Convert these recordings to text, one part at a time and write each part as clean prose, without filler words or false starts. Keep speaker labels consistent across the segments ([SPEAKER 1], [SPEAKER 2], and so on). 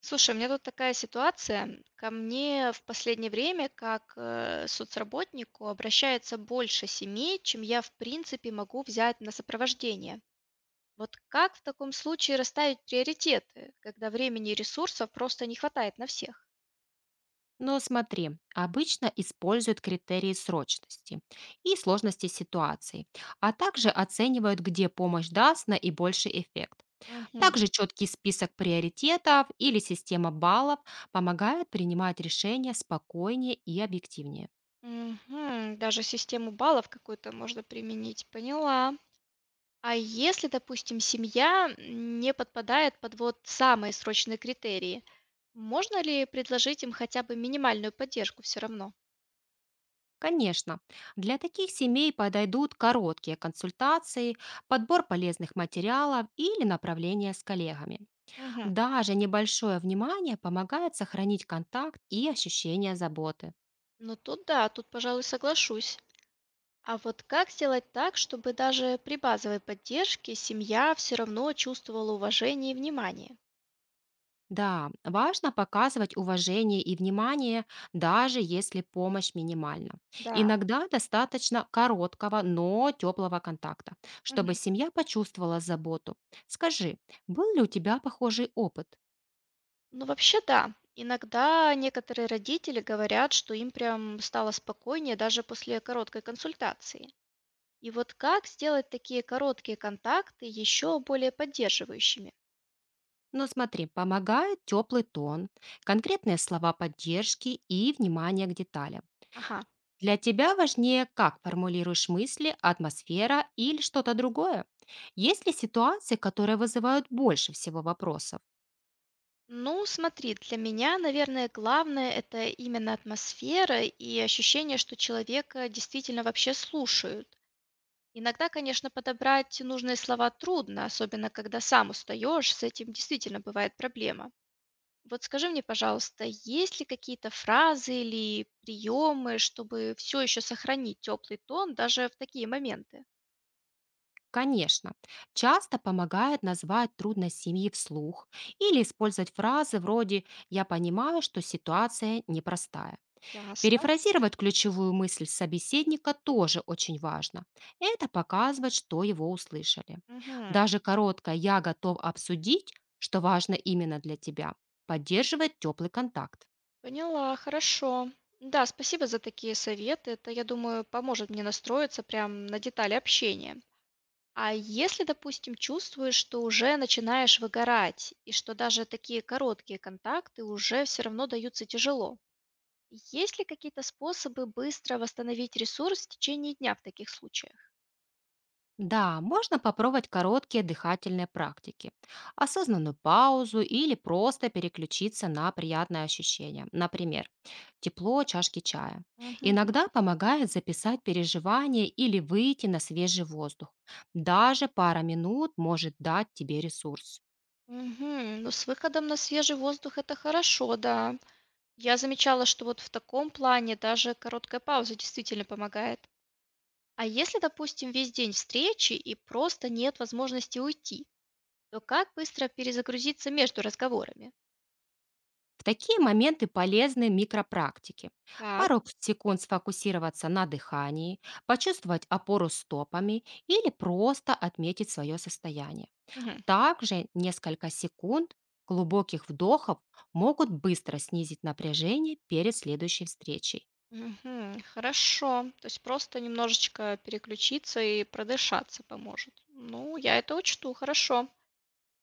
[SPEAKER 1] Слушай, у меня тут такая ситуация. Ко мне в последнее время, как соцработнику, обращается больше семей, чем я, в принципе, могу взять на сопровождение. Вот как в таком случае расставить приоритеты, когда времени и ресурсов просто не хватает на всех?
[SPEAKER 2] Но смотри, обычно используют критерии срочности и сложности ситуации, а также оценивают, где помощь даст наибольший эффект.
[SPEAKER 1] Мгм.
[SPEAKER 2] Также четкий список приоритетов или система баллов помогают принимать решения спокойнее и объективнее.
[SPEAKER 1] Мгм. Даже систему баллов какую-то можно применить. Поняла. А если, допустим, семья не подпадает под вот самые срочные критерии, можно ли предложить им хотя бы минимальную поддержку все равно?
[SPEAKER 2] Конечно, для таких семей подойдут короткие консультации, подбор полезных материалов или направления с коллегами.
[SPEAKER 1] Мгм.
[SPEAKER 2] Даже небольшое внимание помогает сохранить контакт и ощущение заботы.
[SPEAKER 1] Ну тут да, тут, пожалуй, соглашусь. А вот как сделать так, чтобы даже при базовой поддержке семья все равно чувствовала уважение и внимание?
[SPEAKER 2] Да, важно показывать уважение и внимание, даже если помощь минимальна.
[SPEAKER 1] Да.
[SPEAKER 2] Иногда достаточно короткого, но теплого контакта, чтобы
[SPEAKER 1] Мгм.
[SPEAKER 2] семья почувствовала заботу. Скажи, был ли у тебя похожий опыт?
[SPEAKER 1] Ну, вообще, да. Иногда некоторые родители говорят, что им прям стало спокойнее даже после короткой консультации. И вот как сделать такие короткие контакты еще более поддерживающими?
[SPEAKER 2] Но смотри, помогает теплый тон, конкретные слова поддержки и внимание к деталям.
[SPEAKER 1] Ага.
[SPEAKER 2] Для тебя важнее, как формулируешь мысли, атмосфера или что-то другое? Есть ли ситуации, которые вызывают больше всего вопросов?
[SPEAKER 1] Ну, смотри, для меня, наверное, главное это именно атмосфера и ощущение, что человека действительно вообще слушают. Иногда, конечно, подобрать нужные слова трудно, особенно когда сам устаешь, с этим действительно бывает проблема. Вот скажи мне, пожалуйста, есть ли какие-то фразы или приемы, чтобы все еще сохранить теплый тон даже в такие моменты?
[SPEAKER 2] Конечно. Часто помогает назвать трудность семьи вслух или использовать фразы вроде «я понимаю, что ситуация непростая».
[SPEAKER 1] Ясно.
[SPEAKER 2] Перефразировать ключевую мысль собеседника тоже очень важно. Это показывает, что его услышали.
[SPEAKER 1] Мгм.
[SPEAKER 2] Даже короткое «я готов обсудить», что важно именно для тебя, поддерживает теплый контакт.
[SPEAKER 1] Поняла, хорошо. Да, спасибо за такие советы. Это, я думаю, поможет мне настроиться прям на детали общения. А если, допустим, чувствуешь, что уже начинаешь выгорать, и что даже такие короткие контакты уже все равно даются тяжело, есть ли какие-то способы быстро восстановить ресурс в течение дня в таких случаях?
[SPEAKER 2] Да, можно попробовать короткие дыхательные практики, осознанную паузу или просто переключиться на приятное ощущение, например, тепло чашки чая.
[SPEAKER 1] Мгм.
[SPEAKER 2] Иногда помогает записать переживания или выйти на свежий воздух. Даже пара минут может дать тебе ресурс.
[SPEAKER 1] Мгм. Ну, с выходом на свежий воздух это хорошо, да. Я замечала, что вот в таком плане даже короткая пауза действительно помогает. А если, допустим, весь день встречи и просто нет возможности уйти, то как быстро перезагрузиться между разговорами?
[SPEAKER 2] В такие моменты полезны микропрактики.
[SPEAKER 1] Так.
[SPEAKER 2] Пару секунд сфокусироваться на дыхании, почувствовать опору стопами или просто отметить свое состояние.
[SPEAKER 1] Мгм.
[SPEAKER 2] Также несколько секунд глубоких вдохов могут быстро снизить напряжение перед следующей встречей.
[SPEAKER 1] Мгм. Хорошо. То есть просто немножечко переключиться и продышаться поможет. Ну, я это учту, хорошо.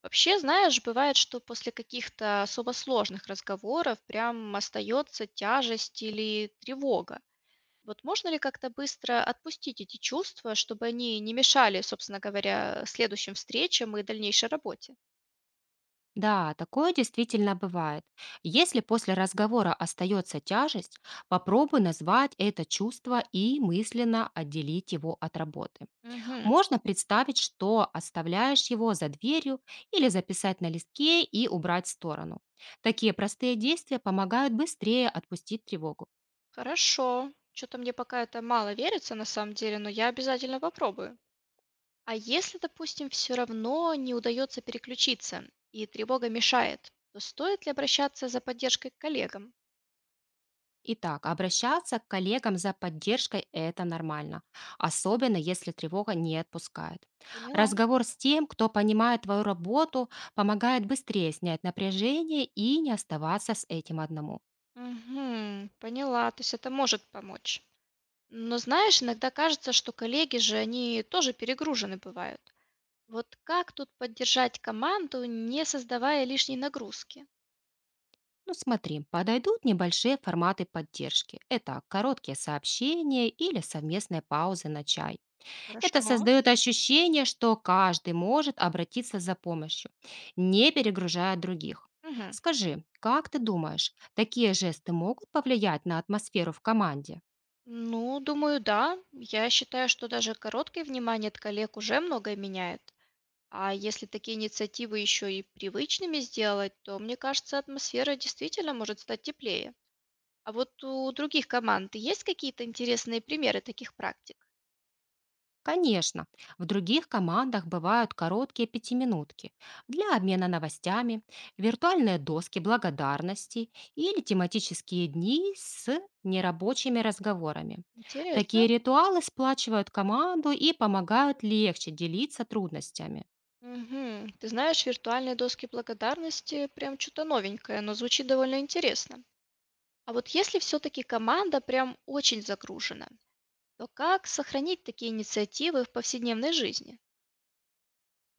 [SPEAKER 1] Вообще, знаешь, бывает, что после каких-то особо сложных разговоров прям остается тяжесть или тревога. Вот можно ли как-то быстро отпустить эти чувства, чтобы они не мешали, собственно говоря, следующим встречам и дальнейшей работе?
[SPEAKER 2] Да, такое действительно бывает. Если после разговора остается тяжесть, попробуй назвать это чувство и мысленно отделить его от работы.
[SPEAKER 1] Мгм.
[SPEAKER 2] Можно представить, что оставляешь его за дверью или записать на листке и убрать в сторону. Такие простые действия помогают быстрее отпустить тревогу.
[SPEAKER 1] Хорошо. Что-то мне пока это мало верится на самом деле, но я обязательно попробую. А если, допустим, все равно не удается переключиться и тревога мешает, то стоит ли обращаться за поддержкой к коллегам?
[SPEAKER 2] Итак, обращаться к коллегам за поддержкой – это нормально, особенно если тревога не отпускает.
[SPEAKER 1] Поняла.
[SPEAKER 2] Разговор с тем, кто понимает твою работу, помогает быстрее снять напряжение и не оставаться с этим одному.
[SPEAKER 1] Мгм. Поняла. То есть это может помочь. Но знаешь, иногда кажется, что коллеги же, они тоже перегружены бывают. Вот как тут поддержать команду, не создавая лишней нагрузки?
[SPEAKER 2] Ну смотри, подойдут небольшие форматы поддержки. Это короткие сообщения или совместные паузы на чай. Это
[SPEAKER 1] Хорошо.
[SPEAKER 2] создает ощущение, что каждый может обратиться за помощью, не перегружая других.
[SPEAKER 1] Мгм.
[SPEAKER 2] Скажи, как ты думаешь, такие жесты могут повлиять на атмосферу в команде?
[SPEAKER 1] Ну, думаю, да. Я считаю, что даже короткое внимание от коллег уже многое меняет. А если такие инициативы еще и привычными сделать, то, мне кажется, атмосфера действительно может стать теплее. А вот у других команд есть какие-то интересные примеры таких практик?
[SPEAKER 2] Конечно, в других командах бывают короткие пятиминутки для обмена новостями, виртуальные доски благодарности или тематические дни с нерабочими разговорами.
[SPEAKER 1] Интересно.
[SPEAKER 2] Такие ритуалы сплачивают команду и помогают легче делиться трудностями.
[SPEAKER 1] Мгм. Ты знаешь, виртуальные доски благодарности прям что-то новенькое, но звучит довольно интересно. А вот если все-таки команда прям очень загружена, то как сохранить такие инициативы в повседневной жизни?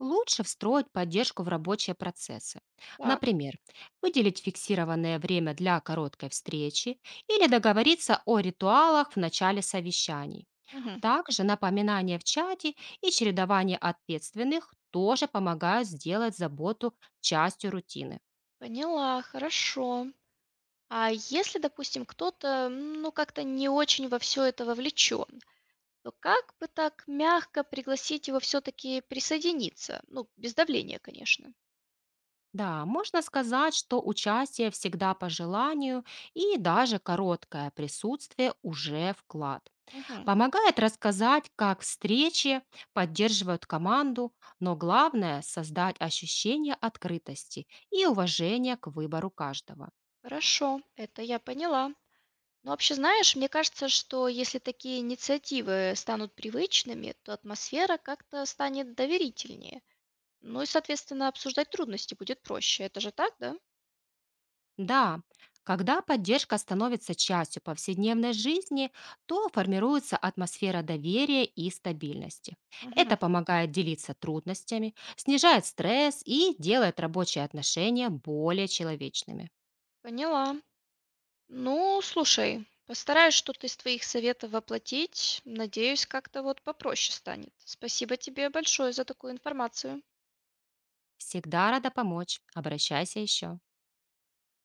[SPEAKER 2] Лучше встроить поддержку в рабочие процессы.
[SPEAKER 1] Так.
[SPEAKER 2] Например, выделить фиксированное время для короткой встречи или договориться о ритуалах в начале совещаний.
[SPEAKER 1] Мгм.
[SPEAKER 2] Также напоминания в чате и чередование ответственных тоже помогают сделать заботу частью рутины.
[SPEAKER 1] Поняла, хорошо. А если, допустим, кто-то, ну, как-то не очень во все это вовлечен, то как бы так мягко пригласить его все-таки присоединиться? Ну, без давления, конечно.
[SPEAKER 2] Да, можно сказать, что участие всегда по желанию и даже короткое присутствие уже вклад.
[SPEAKER 1] Мгм.
[SPEAKER 2] Помогает рассказать, как встречи поддерживают команду, но главное – создать ощущение открытости и уважения к выбору каждого.
[SPEAKER 1] Хорошо, это я поняла. Ну, вообще, знаешь, мне кажется, что если такие инициативы станут привычными, то атмосфера как-то станет доверительнее. Ну и, соответственно, обсуждать трудности будет проще. Это же так, да?
[SPEAKER 2] Да, когда поддержка становится частью повседневной жизни, то формируется атмосфера доверия и стабильности.
[SPEAKER 1] Мгм.
[SPEAKER 2] Это помогает делиться трудностями, снижает стресс и делает рабочие отношения более человечными.
[SPEAKER 1] Поняла. Ну, слушай, постараюсь что-то из твоих советов воплотить. Надеюсь, как-то вот попроще станет. Спасибо тебе большое за такую информацию.
[SPEAKER 2] Всегда рада помочь. Обращайся еще.